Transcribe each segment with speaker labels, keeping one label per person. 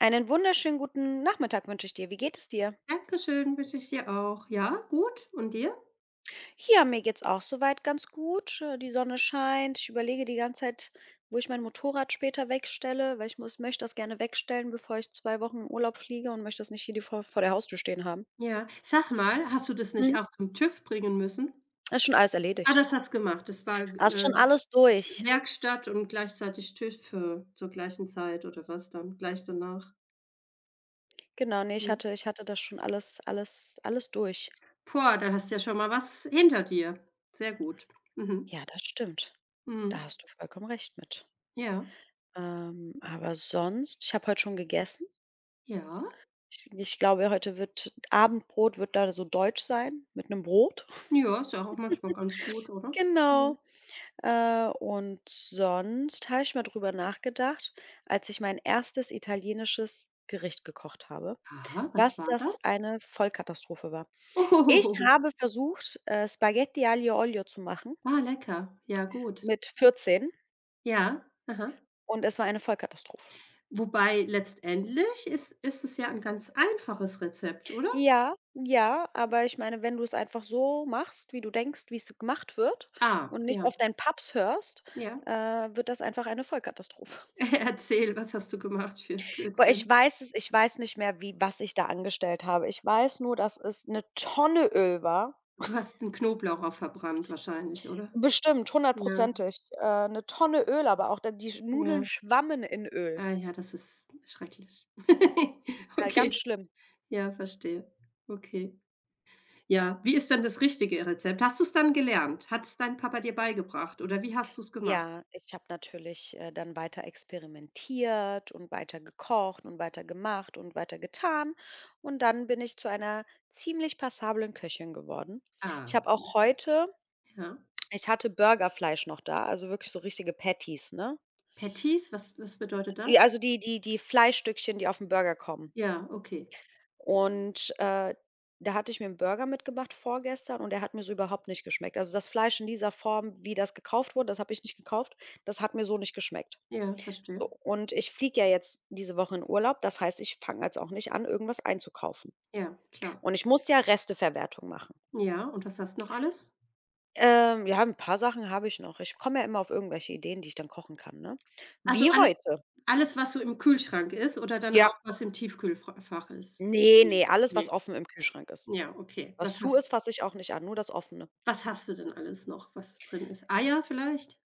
Speaker 1: Einen wunderschönen guten Nachmittag wünsche ich dir. Wie geht es dir?
Speaker 2: Dankeschön, wünsche ich dir auch. Ja, gut. Und dir?
Speaker 1: Ja, mir geht's auch soweit ganz gut. Die Sonne scheint. Ich überlege die ganze Zeit, wo ich mein Motorrad später wegstelle, weil ich muss möchte das gerne wegstellen, bevor ich 2 Wochen in Urlaub fliege und möchte das nicht hier die vor vor der Haustür stehen haben.
Speaker 2: Ja. Sag mal, hast du das nicht
Speaker 1: Mhm.
Speaker 2: auch zum TÜV bringen müssen?
Speaker 1: Das ist schon alles
Speaker 2: Ah,
Speaker 1: erledigt.
Speaker 2: das hast gemacht. Das war,
Speaker 1: Ah, ist schon alles durch.
Speaker 2: Werkstatt und gleichzeitig TÜV, zur gleichen Zeit oder was dann gleich danach?
Speaker 1: Genau, ne,
Speaker 2: Mhm.
Speaker 1: ich hatte das schon alles durch.
Speaker 2: Boah, da hast du ja schon mal was hinter dir. Sehr gut. Mhm.
Speaker 1: Ja, das stimmt. Da
Speaker 2: Mhm.
Speaker 1: hast du vollkommen recht mit.
Speaker 2: Ja.
Speaker 1: Aber sonst, ich habe heute schon gegessen.
Speaker 2: Ja.
Speaker 1: Ich glaube, heute wird Abendbrot wird da so deutsch sein mit 'nem Brot.
Speaker 2: Ja, ist ja auch manchmal ganz gut, oder?
Speaker 1: Genau.
Speaker 2: Mhm.
Speaker 1: Und sonst habe ich mal drüber nachgedacht, als ich mein erstes italienisches Gericht gekocht habe,
Speaker 2: Ah, was
Speaker 1: dass
Speaker 2: war
Speaker 1: das
Speaker 2: das?
Speaker 1: eine Vollkatastrophe war. Ich
Speaker 2: Oh,
Speaker 1: habe versucht, Spaghetti aglio olio zu machen
Speaker 2: ah, lecker. Ja, gut.
Speaker 1: mit 14,
Speaker 2: Ja. Aha.
Speaker 1: und es war eine Vollkatastrophe.
Speaker 2: Wobei letztendlich ist es ja ein ganz einfaches Rezept, oder?
Speaker 1: Ja, ja, aber ich meine, wenn du es einfach so machst, wie du denkst, wie es gemacht wird,
Speaker 2: Ah,
Speaker 1: und nicht
Speaker 2: ja,
Speaker 1: auf deinen Paps hörst,
Speaker 2: ja.
Speaker 1: wird das einfach eine Vollkatastrophe.
Speaker 2: Erzähl, was hast du gemacht für
Speaker 1: Boah,
Speaker 2: Blödsinn?
Speaker 1: ich weiß nicht mehr, wie was ich da angestellt habe. Ich weiß nur, dass es eine Tonne Öl war.
Speaker 2: Du hast 'n Knoblauch auch verbrannt wahrscheinlich, oder?
Speaker 1: Bestimmt,
Speaker 2: Ja,
Speaker 1: hundertprozentig. 'Ne Tonne Öl, aber auch da die Nudeln
Speaker 2: ja.
Speaker 1: schwammen in Öl.
Speaker 2: Ah ja, das ist schrecklich.
Speaker 1: Ganz
Speaker 2: Okay,
Speaker 1: schlimm.
Speaker 2: ja, verstehe. Okay. Ja, wie ist denn das richtige Rezept? Hast du es dann gelernt? Hat es dein Papa dir beigebracht oder wie hast du es gemacht?
Speaker 1: Ja, ich habe natürlich, dann weiter experimentiert und weiter gekocht und weiter gemacht und weiter getan, und dann bin ich zu einer ziemlich passablen Köchin geworden. Ich
Speaker 2: Ah,
Speaker 1: habe
Speaker 2: sehr
Speaker 1: auch
Speaker 2: gut.
Speaker 1: heute,
Speaker 2: Ja.
Speaker 1: ich hatte Burgerfleisch noch da, also wirklich so richtige Patties, ne?
Speaker 2: Patties, was bedeutet
Speaker 1: Ja,
Speaker 2: das?
Speaker 1: also die die Fleischstückchen, die auf aufm Burger kommen.
Speaker 2: Ja, okay.
Speaker 1: Und, da hatte ich mir 'n Burger mitgemacht vorgestern, und der hat mir so überhaupt nicht geschmeckt. Also das Fleisch in dieser Form, wie das gekauft wurde, das habe ich nicht gekauft, das hat mir so nicht geschmeckt.
Speaker 2: Ja, verstehe.
Speaker 1: So, und ich fliege ja jetzt diese Woche in Urlaub, das heißt, ich fange jetzt auch nicht an, irgendwas einzukaufen.
Speaker 2: Ja, klar.
Speaker 1: Und ich muss ja Resteverwertung machen.
Speaker 2: Ja, und was hast du noch alles?
Speaker 1: Ja, ein paar Sachen habe ich noch. Ich komme ja immer auf irgendwelche Ideen, die ich dann kochen kann, ne?
Speaker 2: Also,
Speaker 1: Wie
Speaker 2: alles
Speaker 1: heute.
Speaker 2: alles, was so im Kühlschrank ist oder dann
Speaker 1: Ja.
Speaker 2: auch, was im Tiefkühlfach ist?
Speaker 1: Ne,
Speaker 2: Ne,
Speaker 1: ne, alles, was
Speaker 2: ne.
Speaker 1: offen im Kühlschrank ist.
Speaker 2: Ja, okay.
Speaker 1: Was zu ist, fasse ich auch nicht an, nur das Offene.
Speaker 2: Was hast du denn alles noch, was drin ist? Eier vielleicht?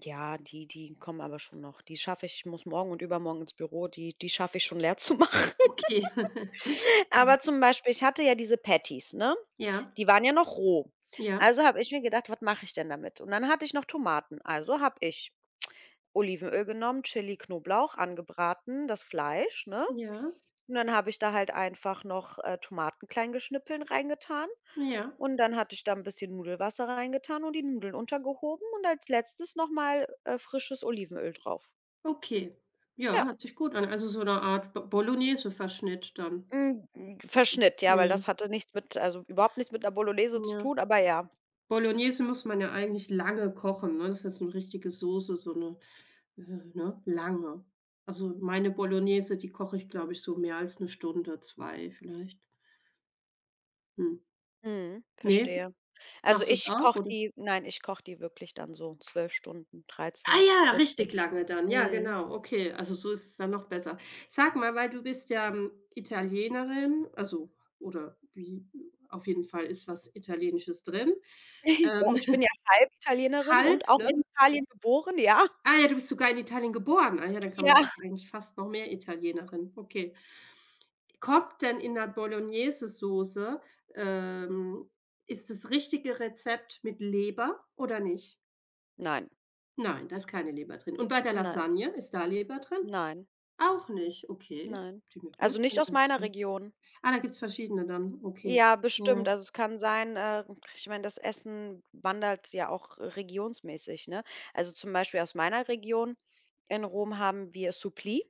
Speaker 1: Ja, die kommen aber schon noch. Die schaffe ich ich muss morgen und übermorgen ins Büro, die schaffe ich schon leer zu machen.
Speaker 2: Okay. Mhm.
Speaker 1: Aber zum Beispiel, ich hatte ja diese Patties, ne?
Speaker 2: Ja,
Speaker 1: Die waren ja noch roh.
Speaker 2: ja,
Speaker 1: Also habe ich mir gedacht: „Was mache ich denn damit?“ Und dann hatte ich noch Tomaten, also habe ich Olivenöl genommen, Chili, Knoblauch, angebraten, das Fleisch, ne?
Speaker 2: ja,
Speaker 1: Und dann habe ich da halt einfach noch, Tomaten klein geschnippeln reingetan,
Speaker 2: ja.
Speaker 1: und dann hatte ich da ein bisschen Nudelwasser reingetan und die Nudeln untergehoben und als Letztes noch mal, frisches Olivenöl drauf.
Speaker 2: Okay.
Speaker 1: Ja,
Speaker 2: Ja, hört sich gut an. Also, so eine Art Bolognese-Verschnitt dann.
Speaker 1: hm, Verschnitt, ja, weil
Speaker 2: Mhm.
Speaker 1: das hatte nichts mit also, überhaupt nichts mit 'ner Bolognese
Speaker 2: Ja,
Speaker 1: zu tun,
Speaker 2: ja.
Speaker 1: aber ja.
Speaker 2: Bolognese muss man ja eigentlich lange kochen, ne? Das ist ja so 'ne richtige Soße, so eine Äh, ne, lange. Also, meine Bolognese, die koche ich, glaube ich, so mehr als eine Stunde, 2 vielleicht. Mhm.
Speaker 1: Mhm,
Speaker 2: Ne?
Speaker 1: verstehe. Also,
Speaker 2: Machst du es
Speaker 1: ich
Speaker 2: auch,
Speaker 1: koche
Speaker 2: oder?
Speaker 1: die nein, ich koche die wirklich dann so 12 Stunden,
Speaker 2: Ah
Speaker 1: dreizehn,
Speaker 2: ja, richtig
Speaker 1: vierzehn.
Speaker 2: lange dann. Ja,
Speaker 1: Mhm.
Speaker 2: genau. Okay, also so ist es dann noch besser. Sag mal, weil du bist ja, hm, Italienerin, also oder wie auf jeden Fall ist was Italienisches drin.
Speaker 1: Ja,
Speaker 2: Ähm,
Speaker 1: ich bin ja halb Italienerin
Speaker 2: halb,
Speaker 1: und auch
Speaker 2: ne?
Speaker 1: in Italien geboren, ja.
Speaker 2: Ah ja, du bist sogar in Italien geboren. Ah ja, dann kann
Speaker 1: Ja.
Speaker 2: man bist du eigentlich fast noch mehr Italienerin. Okay. Kommt denn in der Bolognesesoße ähm, ist das richtige Rezept mit Leber oder nicht?
Speaker 1: Nein,
Speaker 2: Nein, da ist keine Leber drin. Und bei der
Speaker 1: nein,
Speaker 2: Lasagne, ist da Leber drin?
Speaker 1: nein,
Speaker 2: Auch nicht. Okay,
Speaker 1: nein.
Speaker 2: die mir
Speaker 1: Also, nicht
Speaker 2: Blödsinn
Speaker 1: aus meiner
Speaker 2: erzählen.
Speaker 1: Region.
Speaker 2: Ah, da gibt's verschiedene dann. Okay.
Speaker 1: Ja,
Speaker 2: Ja.
Speaker 1: bestimmt. Ich meine, das Essen wandert ja auch, regionsmäßig, ne? Also, zum Beispiel aus meiner Region in Rom haben wir Supplì.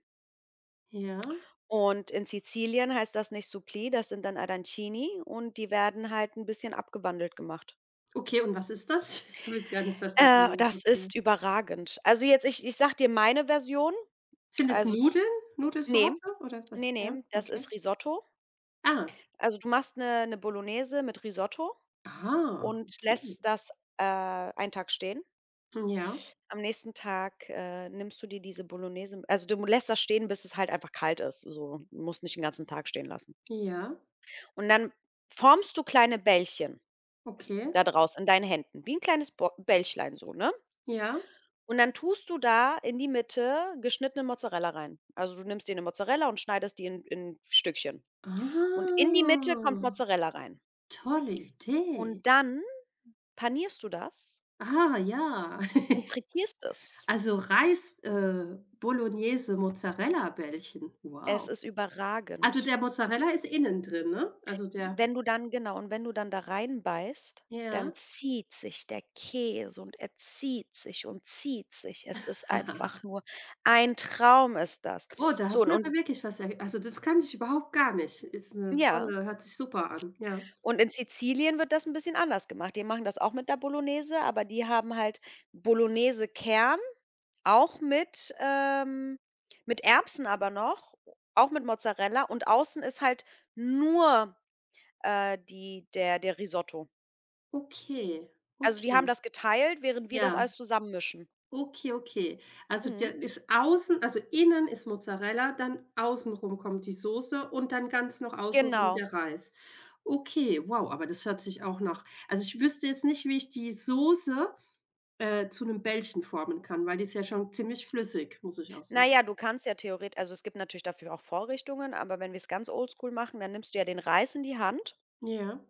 Speaker 2: Ja.
Speaker 1: Und in Sizilien heißt das nicht Suppli, das sind dann Arancini, und die werden halt 'n bisschen abgewandelt gemacht.
Speaker 2: Okay, und was ist das? Ich habe jetzt gar nicht verstanden,
Speaker 1: Äh,
Speaker 2: worum es
Speaker 1: das
Speaker 2: geht.
Speaker 1: ist überragend. Also, jetzt ich sage dir meine Version,
Speaker 2: Sind das
Speaker 1: also es
Speaker 2: Nudeln?
Speaker 1: ne,
Speaker 2: Nudelsorte oder was? Ja,
Speaker 1: ne, das ist
Speaker 2: okay.
Speaker 1: Risotto.
Speaker 2: Ah.
Speaker 1: Also, du machst 'ne Bolognese mit Risotto
Speaker 2: Ah,
Speaker 1: und
Speaker 2: okay.
Speaker 1: lässt das, einen Tag stehen.
Speaker 2: Ja,
Speaker 1: Am nächsten Tag, nimmst du dir diese Bolognese, also, du lässt das stehen, bis es halt einfach kalt ist, so. Du musst nicht den ganzen Tag stehen lassen.
Speaker 2: ja,
Speaker 1: Und dann formst du kleine Bällchen
Speaker 2: okay,
Speaker 1: da draus in deinen Händen, wie ein kleines Bo Bällchen so, ne?
Speaker 2: ja.
Speaker 1: Und dann tust du da in die Mitte geschnittene Mozzarella rein. Also, du nimmst dir eine Mozzarella und schneidest die in Stückchen. Und in die Mitte kommt
Speaker 2: Ah,
Speaker 1: Mozzarella rein.
Speaker 2: tolle Idee.
Speaker 1: Und dann panierst du das
Speaker 2: Ah, ja.
Speaker 1: und frittierst es.
Speaker 2: Also Reis, Bolognese, Mozzarella-Bällchen.
Speaker 1: Es
Speaker 2: Wow.
Speaker 1: ist
Speaker 2: Also
Speaker 1: überragend.
Speaker 2: der Mozzarella ist innen drin, ne? Also der
Speaker 1: Wenn du dann genau, und wenn du dann da reinbeißt, dann
Speaker 2: ja.
Speaker 1: zieht sich der Käse, und er zieht sich und zieht sich. Es ist einfach nur ein Traum ist das.
Speaker 2: Oh, da
Speaker 1: So,
Speaker 2: hast du
Speaker 1: und
Speaker 2: mir
Speaker 1: und
Speaker 2: aber wirklich was er also das kann ich überhaupt gar nicht. Ist eine
Speaker 1: ja.
Speaker 2: tolle hört sich super an, ja.
Speaker 1: Und in Sizilien wird das ein bisschen anders gemacht. Die machen das auch mit der Bolognese, aber die haben halt Bolognese-Kern, auch mit Erbsen aber noch, auch mit Mozzarella, und außen ist halt nur, die der Risotto.
Speaker 2: Okay,
Speaker 1: Also, die haben
Speaker 2: okay,
Speaker 1: das geteilt, während wir das
Speaker 2: ja.
Speaker 1: alles zusammenmischen.
Speaker 2: Okay, okay. Also,
Speaker 1: Mhm.
Speaker 2: der ist außen also, innen ist Mozzarella, dann außenrum kommt die Soße und dann ganz noch außenrum
Speaker 1: Genau.
Speaker 2: der Reis. Okay, wow, aber das hört sich auch nach also, ich wüsste jetzt nicht, wie ich die Soße, zu einem Bällchen formen kann, weil die ist ja schon ziemlich flüssig, muss ich auch
Speaker 1: Na
Speaker 2: sagen.
Speaker 1: ja, du kannst ja theoretisch, also, es gibt natürlich dafür auch Vorrichtungen, aber wenn wir es ganz oldschool machen, dann nimmst du ja den Reis in die Hand,
Speaker 2: Ja,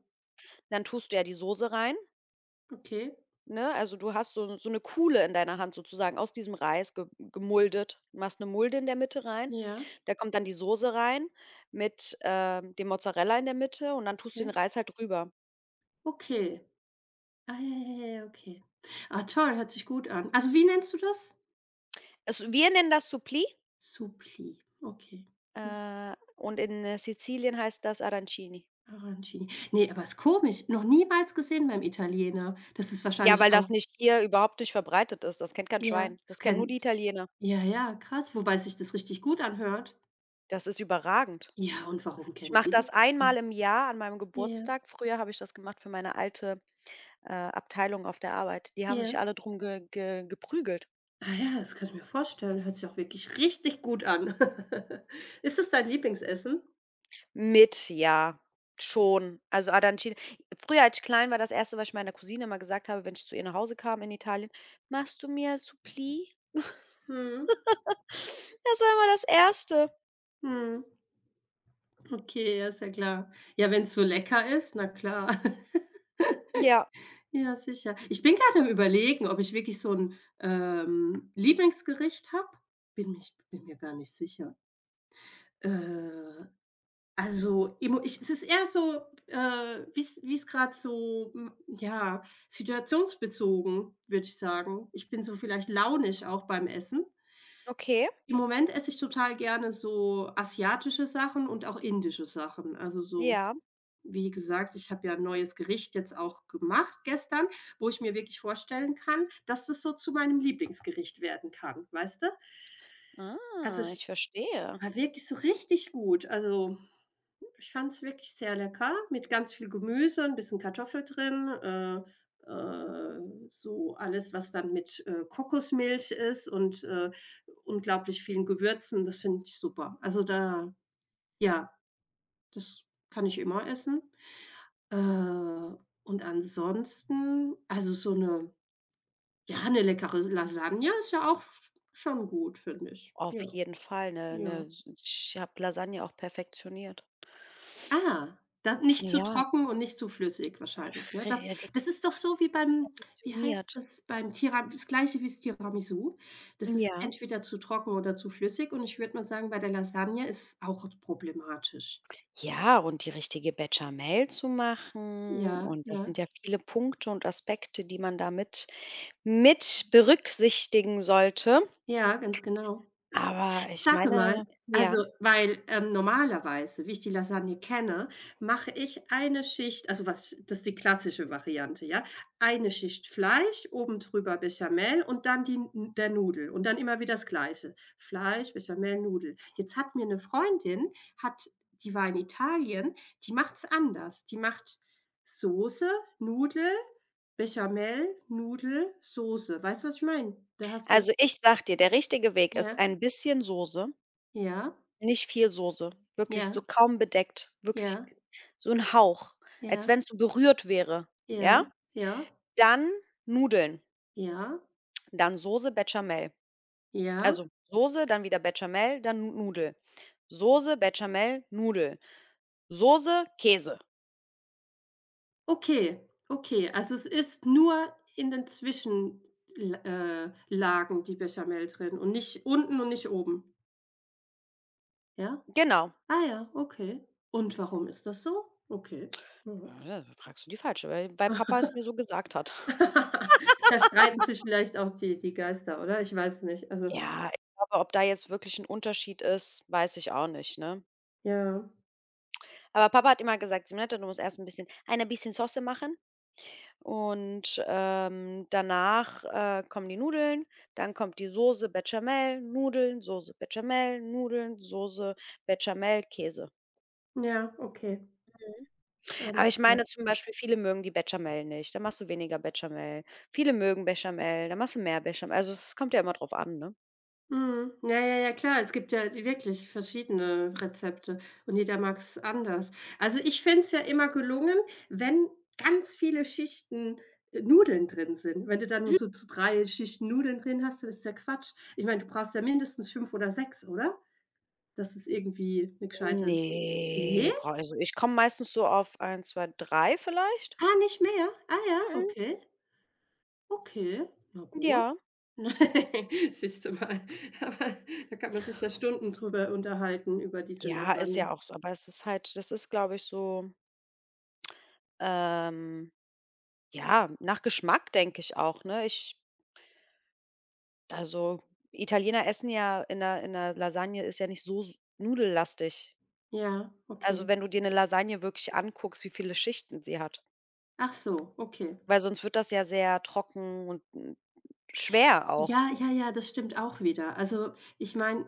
Speaker 1: dann tust du ja die Soße rein.
Speaker 2: okay.
Speaker 1: Ne, also du hast so eine Kuhle in deiner Hand sozusagen, aus diesem Reis ge gemuldet. Machst eine Mulde in der Mitte rein,
Speaker 2: Ja,
Speaker 1: da kommt dann die Soße rein mit, dem Mozzarella in der Mitte, und dann tust du
Speaker 2: okay.
Speaker 1: den Reis halt drüber.
Speaker 2: Okay. Ah, ja, ja, ja, ja, okay. Ah, toll, hört sich gut an. Also, wie nennst du das?
Speaker 1: Es wir nennen das Supplì,
Speaker 2: Suppli, okay. Mhm.
Speaker 1: und in, Sizilien heißt das Arancini.
Speaker 2: Arancini. Ne, aber ist komisch, noch niemals gesehen beim Italiener. Das ist
Speaker 1: Ja, weil
Speaker 2: wahrscheinlich auch
Speaker 1: das nicht hier überhaupt nicht verbreitet ist. Das kennt kein
Speaker 2: ja,
Speaker 1: Schwein.
Speaker 2: das
Speaker 1: Das kennen nur die
Speaker 2: kennt
Speaker 1: Italiener.
Speaker 2: ja, ja, krass, wobei sich das richtig gut anhört.
Speaker 1: Das ist überragend.
Speaker 2: Ja, und warum
Speaker 1: Ich
Speaker 2: kennen
Speaker 1: mache
Speaker 2: die
Speaker 1: das
Speaker 2: das? Ja,
Speaker 1: einmal im Jahr an meinem
Speaker 2: ja,
Speaker 1: Geburtstag. Früher habe ich das gemacht für meine alte, Abteilung auf der Arbeit. Die haben
Speaker 2: ja.
Speaker 1: sich alle drum ge ge geprügelt.
Speaker 2: Ah ja, das kann ich mir vorstellen. Hört sich auch wirklich richtig gut an. Ist es dein Lieblingsessen?
Speaker 1: Mit, ja, schon. Also Arancine früher, als ich klein war, das erste, was ich meiner Cousine immer gesagt habe, wenn ich zu ihr nach Hause kam in Italien: „Machst du mir Suppli?“
Speaker 2: Mhm.
Speaker 1: Das war immer das Erste.
Speaker 2: Mhm. Okay, ja, ist ja klar. Ja, wenn's so lecker ist, na klar.
Speaker 1: Ja,
Speaker 2: Ja, sicher. Ich bin gerade am Überlegen, ob ich wirklich so 'n, Lieblingsgericht habe. Bin mir gar nicht sicher. Äh, also, emo ich es ist eher so, wie's grad so, ja, situationsbezogen, würde ich sagen. Ich bin so vielleicht launisch auch beim Essen.
Speaker 1: okay,
Speaker 2: Im Moment esse ich total gerne so asiatische Sachen und auch indische Sachen, also so
Speaker 1: ja.
Speaker 2: wie gesagt, ich habe ja 'n neues Gericht jetzt auch gemacht gestern, wo ich mir wirklich vorstellen kann, dass das so zu meinem Lieblingsgericht werden kann, weißt du? Also,
Speaker 1: Ah, ich
Speaker 2: es
Speaker 1: verstehe.
Speaker 2: war wirklich so richtig gut. Also, ich fand es wirklich sehr lecker mit ganz viel Gemüse, ein bisschen Kartoffel drin, so alles, was dann mit, Kokosmilch ist und unglaublich vielen Gewürzen. Das finde ich super. Also, da ja, das kann ich immer essen. Äh, und ansonsten also, so eine, ja, eine leckere Lasagne ist ja auch schon gut, finde ich.
Speaker 1: Auf
Speaker 2: Ja,
Speaker 1: jeden Fall, ne,
Speaker 2: ja.
Speaker 1: ich habe Lasagne auch perfektioniert.
Speaker 2: Ah, da nicht zu
Speaker 1: Ja,
Speaker 2: trocken und nicht zu flüssig
Speaker 1: ach,
Speaker 2: wahrscheinlich, ne? Das
Speaker 1: die
Speaker 2: das ist doch so wie
Speaker 1: ist
Speaker 2: beim wie heißt
Speaker 1: perfektioniert.
Speaker 2: das? Beim Tiramisu. Das Gleiche wie's Tiramisu. Das ist
Speaker 1: Ja.
Speaker 2: entweder zu trocken oder zu flüssig und ich würde mal sagen, bei der Lasagne ist es auch problematisch.
Speaker 1: Ja, und die richtige Béchamel zu machen,
Speaker 2: Ja,
Speaker 1: und das
Speaker 2: ja.
Speaker 1: sind ja viele Punkte und Aspekte, die man da mit berücksichtigen sollte.
Speaker 2: Ja, ganz genau.
Speaker 1: Aber ich
Speaker 2: Sage
Speaker 1: meine,
Speaker 2: mal, also,
Speaker 1: ja.
Speaker 2: weil, normalerweise, wie ich die Lasagne kenne, mache ich eine Schicht also, was das ist die klassische Variante, ja? Eine Schicht Fleisch, oben drüber Béchamel und dann die N der Nudel und dann immer wieder das Gleiche. Fleisch, Béchamel, Nudel. Jetzt hat mir eine Freundin hat die war in Italien, die macht's anders. Die macht Soße, Nudel, Béchamel, Nudel, Soße. Weißt du, was ich meine? Da hast du
Speaker 1: Also, ich sag dir, der richtige Weg ist
Speaker 2: ja,
Speaker 1: ein bisschen Soße,
Speaker 2: ja,
Speaker 1: nicht viel Soße, wirklich so
Speaker 2: ja,
Speaker 1: kaum bedeckt, wirklich
Speaker 2: ja.
Speaker 1: so ein Hauch, als
Speaker 2: Ja,
Speaker 1: wenn es so berührt wäre, ja?
Speaker 2: ja, ja,
Speaker 1: Dann Nudeln,
Speaker 2: ja,
Speaker 1: dann Soße, Béchamel.
Speaker 2: ja.
Speaker 1: Also, Soße, dann wieder Béchamel, dann Nudel. Soße, Béchamel, Nudel. Soße, Käse.
Speaker 2: Okay, okay. Also, es ist nur in den Zwischenlagen Lagen die Bechamel drin und nicht unten und nicht oben, ja?
Speaker 1: Genau.
Speaker 2: Ah ja, okay. Und warum ist das so? Okay. Mhm.
Speaker 1: Ja, da fragst du die Falsche, weil Papa es mir so gesagt hat.
Speaker 2: Da streiten sich vielleicht auch die Geister, oder? Ich weiß nicht. Also,
Speaker 1: Ja, ich glaube, ob da jetzt wirklich ein Unterschied ist, weiß ich auch nicht, ne?
Speaker 2: ja,
Speaker 1: Aber Papa hat immer gesagt: „Simonetta, du musst erst ein bisschen Sauce machen und, danach kommen die Nudeln, dann kommt die Soße Bechamel, Nudeln, Soße Bechamel, Nudeln, Soße Bechamel, Käse.“
Speaker 2: ja, okay,
Speaker 1: Aber
Speaker 2: alles
Speaker 1: ich
Speaker 2: klar.
Speaker 1: meine zum Beispiel, viele mögen die Bechamel nicht, dann machst du weniger Bechamel. Viele mögen Bechamel, dann machst du mehr Bechamel. Also, es kommt ja immer drauf an, ne?
Speaker 2: Mhm. Ja, ja, ja, klar. Es gibt ja wirklich verschiedene Rezepte und jeder mag's anders. Also, ich finde es ja immer gelungen, wenn ganz viele Schichten, Nudeln drin sind. Wenn du da nur so z 3 Schichten Nudeln drin hast, dann ist ja Quatsch. Ich meine, du brauchst ja mindestens 5 oder 6, oder? Das ist irgendwie eine gescheite
Speaker 1: Ne,
Speaker 2: ne?
Speaker 1: brau also, ich komme meistens so auf eins, 2, 3 vielleicht.
Speaker 2: Ah, nicht mehr? Ah ja,
Speaker 1: Mhm,
Speaker 2: okay. Okay, na gut.
Speaker 1: ja.
Speaker 2: Siehst du mal, aber da kann man sich ja Stunden drüber unterhalten, über diese
Speaker 1: Ja, ist ja
Speaker 2: Lasagne.
Speaker 1: auch so, aber es ist halt, das ist, glaube ich, so, ähm, ja, nach Geschmack, denke ich auch, ne? Ich also, Italiener essen ja in 'ner Lasagne ist ja nicht so s nudellastig.
Speaker 2: Ja,
Speaker 1: Also,
Speaker 2: okay.
Speaker 1: wenn du dir 'ne Lasagne wirklich anguckst, wie viele Schichten sie hat.
Speaker 2: Ach so, okay.
Speaker 1: Weil sonst wird das ja sehr trocken und, hm, schwer auch.
Speaker 2: Ja, ja, ja, das stimmt auch wieder. Also, ich meine,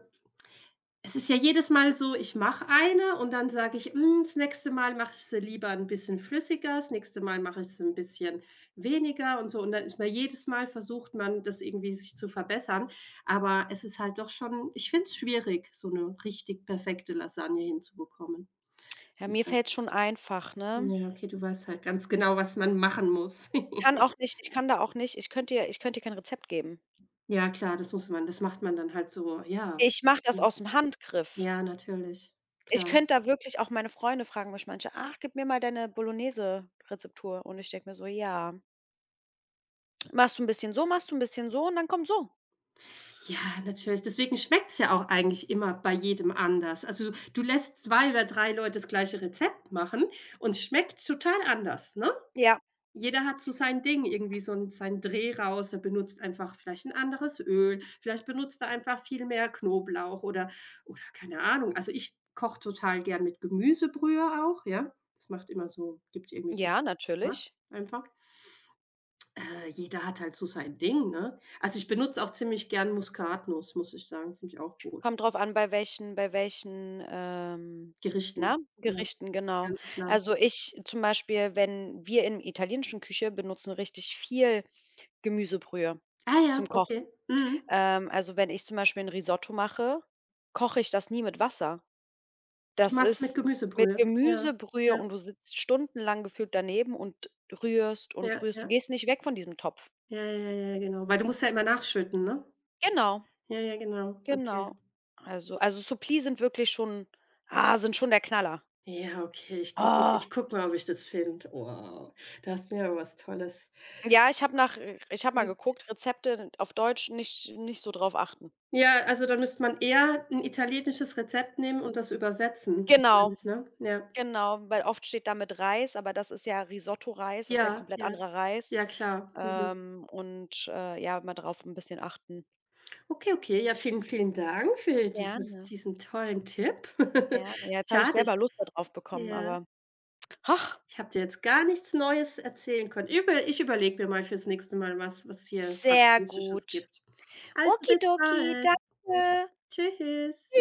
Speaker 2: es ist ja jedes Mal so, ich mache eine und dann sage ich: „Hm, das nächste Mal mache ich sie lieber ein bisschen flüssiger, das nächste Mal mache ich sie ein bisschen weniger“ und so. Und dann ist man jedes Mal versucht man, das irgendwie sich zu verbessern. Aber es ist halt doch schon ich finde es schwierig, so eine richtig perfekte Lasagne hinzubekommen.
Speaker 1: Ja, mir
Speaker 2: Muss halt
Speaker 1: fällt's schon einfach, ne?
Speaker 2: ja, okay, du weißt halt ganz genau, was man machen muss.
Speaker 1: Ich kann da auch nicht ich könnte dir kein Rezept geben.
Speaker 2: Ja klar, das muss man das macht man dann halt so, ja.
Speaker 1: Ich mache das
Speaker 2: Hm,
Speaker 1: aus dem Handgriff.
Speaker 2: ja, natürlich,
Speaker 1: Ich
Speaker 2: klar.
Speaker 1: könnte da wirklich auch meine Freunde fragen mich manche: „Ach, gib mir mal deine Bolognese-Rezeptur.“ Und ich denke mir so: „Ja, machst du ein bisschen so, machst du ein bisschen so, und dann kommt so.“
Speaker 2: Ja, natürlich. Deswegen schmeckt's ja auch eigentlich immer bei jedem anders. Also, du lässt 2 oder 3 Leute das gleiche Rezept machen und es schmeckt total anders, ne?
Speaker 1: Ja.
Speaker 2: Jeder hat so sein Ding, irgendwie so 'n seinen Dreh raus. Er benutzt einfach vielleicht 'n anderes Öl, vielleicht benutzt er einfach viel mehr Knoblauch oder keine Ahnung. Also, ich koche total gern mit Gemüsebrühe auch, ja? Das macht immer so gibt irgendwie so 'n
Speaker 1: Ja,
Speaker 2: Geschmack
Speaker 1: natürlich.
Speaker 2: einfach. Jeder hat halt so sein Ding, ne? Also, ich benutze auch ziemlich gern Muskatnuss, muss ich sagen, finde ich auch gut.
Speaker 1: Kommt drauf an, bei welchen
Speaker 2: Gerichten,
Speaker 1: na,
Speaker 2: ja,
Speaker 1: Gerichten, genau.
Speaker 2: ganz klar.
Speaker 1: Also, ich zum Beispiel, wenn wir in italienischen Küche benutzen richtig viel Gemüsebrühe
Speaker 2: Ah
Speaker 1: zum
Speaker 2: ja, okay.
Speaker 1: Kochen.
Speaker 2: Mhm.
Speaker 1: Also, wenn ich zum Beispiel ein Risotto mache, koche ich das nie mit Wasser.
Speaker 2: Du
Speaker 1: Das
Speaker 2: machst mit
Speaker 1: ist mit
Speaker 2: Gemüsebrühe. Ja,
Speaker 1: Gemüsebrühe,
Speaker 2: ja,
Speaker 1: und du sitzt stundenlang gefühlt daneben und rührst und
Speaker 2: ja,
Speaker 1: rührst. Du
Speaker 2: ja.
Speaker 1: gehst nicht weg von diesem Topf.
Speaker 2: Ja, ja, ja, genau. Weil du musst ja immer nachschütten, ne?
Speaker 1: Genau,
Speaker 2: Ja, ja, genau. Okay.
Speaker 1: genau. Also, Supplis sind wirklich schon sind schon der Knaller.
Speaker 2: Ja, okay,
Speaker 1: Oh.
Speaker 2: ich gucke mal, ob ich das finde. Wow, da hast du mir aber was Tolles.
Speaker 1: Ja, ich habe nach ich habe mal
Speaker 2: Zeigt.
Speaker 1: geguckt, Rezepte auf Deutsch, nicht so drauf achten.
Speaker 2: Ja, also, dann müsste man eher ein italienisches Rezept nehmen und das übersetzen
Speaker 1: Genau,
Speaker 2: wahrscheinlich, ne? Ja.
Speaker 1: genau, weil oft steht da mit Reis, aber das ist ja Risotto-Reis, das ist ja 'n
Speaker 2: Ja,
Speaker 1: komplett
Speaker 2: ja.
Speaker 1: anderer Reis.
Speaker 2: Ja, klar. Mhm.
Speaker 1: Ja, mal drauf 'n bisschen achten.
Speaker 2: Okay, okay. Ja, vielen, vielen Dank für dieses
Speaker 1: Gerne,
Speaker 2: diesen tollen Tipp.
Speaker 1: gerne. Ja, jetzt habe ich
Speaker 2: Schade ist
Speaker 1: selber Lust da drauf bekommen,
Speaker 2: ja,
Speaker 1: aber ach,
Speaker 2: ich habe dir jetzt gar nichts Neues erzählen können. Über Ich überlege mir mal fürs nächste Mal was hier
Speaker 1: sehr
Speaker 2: Französisches
Speaker 1: gut.
Speaker 2: gibt. Also, bis
Speaker 1: Okidoki,
Speaker 2: bald.
Speaker 1: danke.
Speaker 2: Tschüss.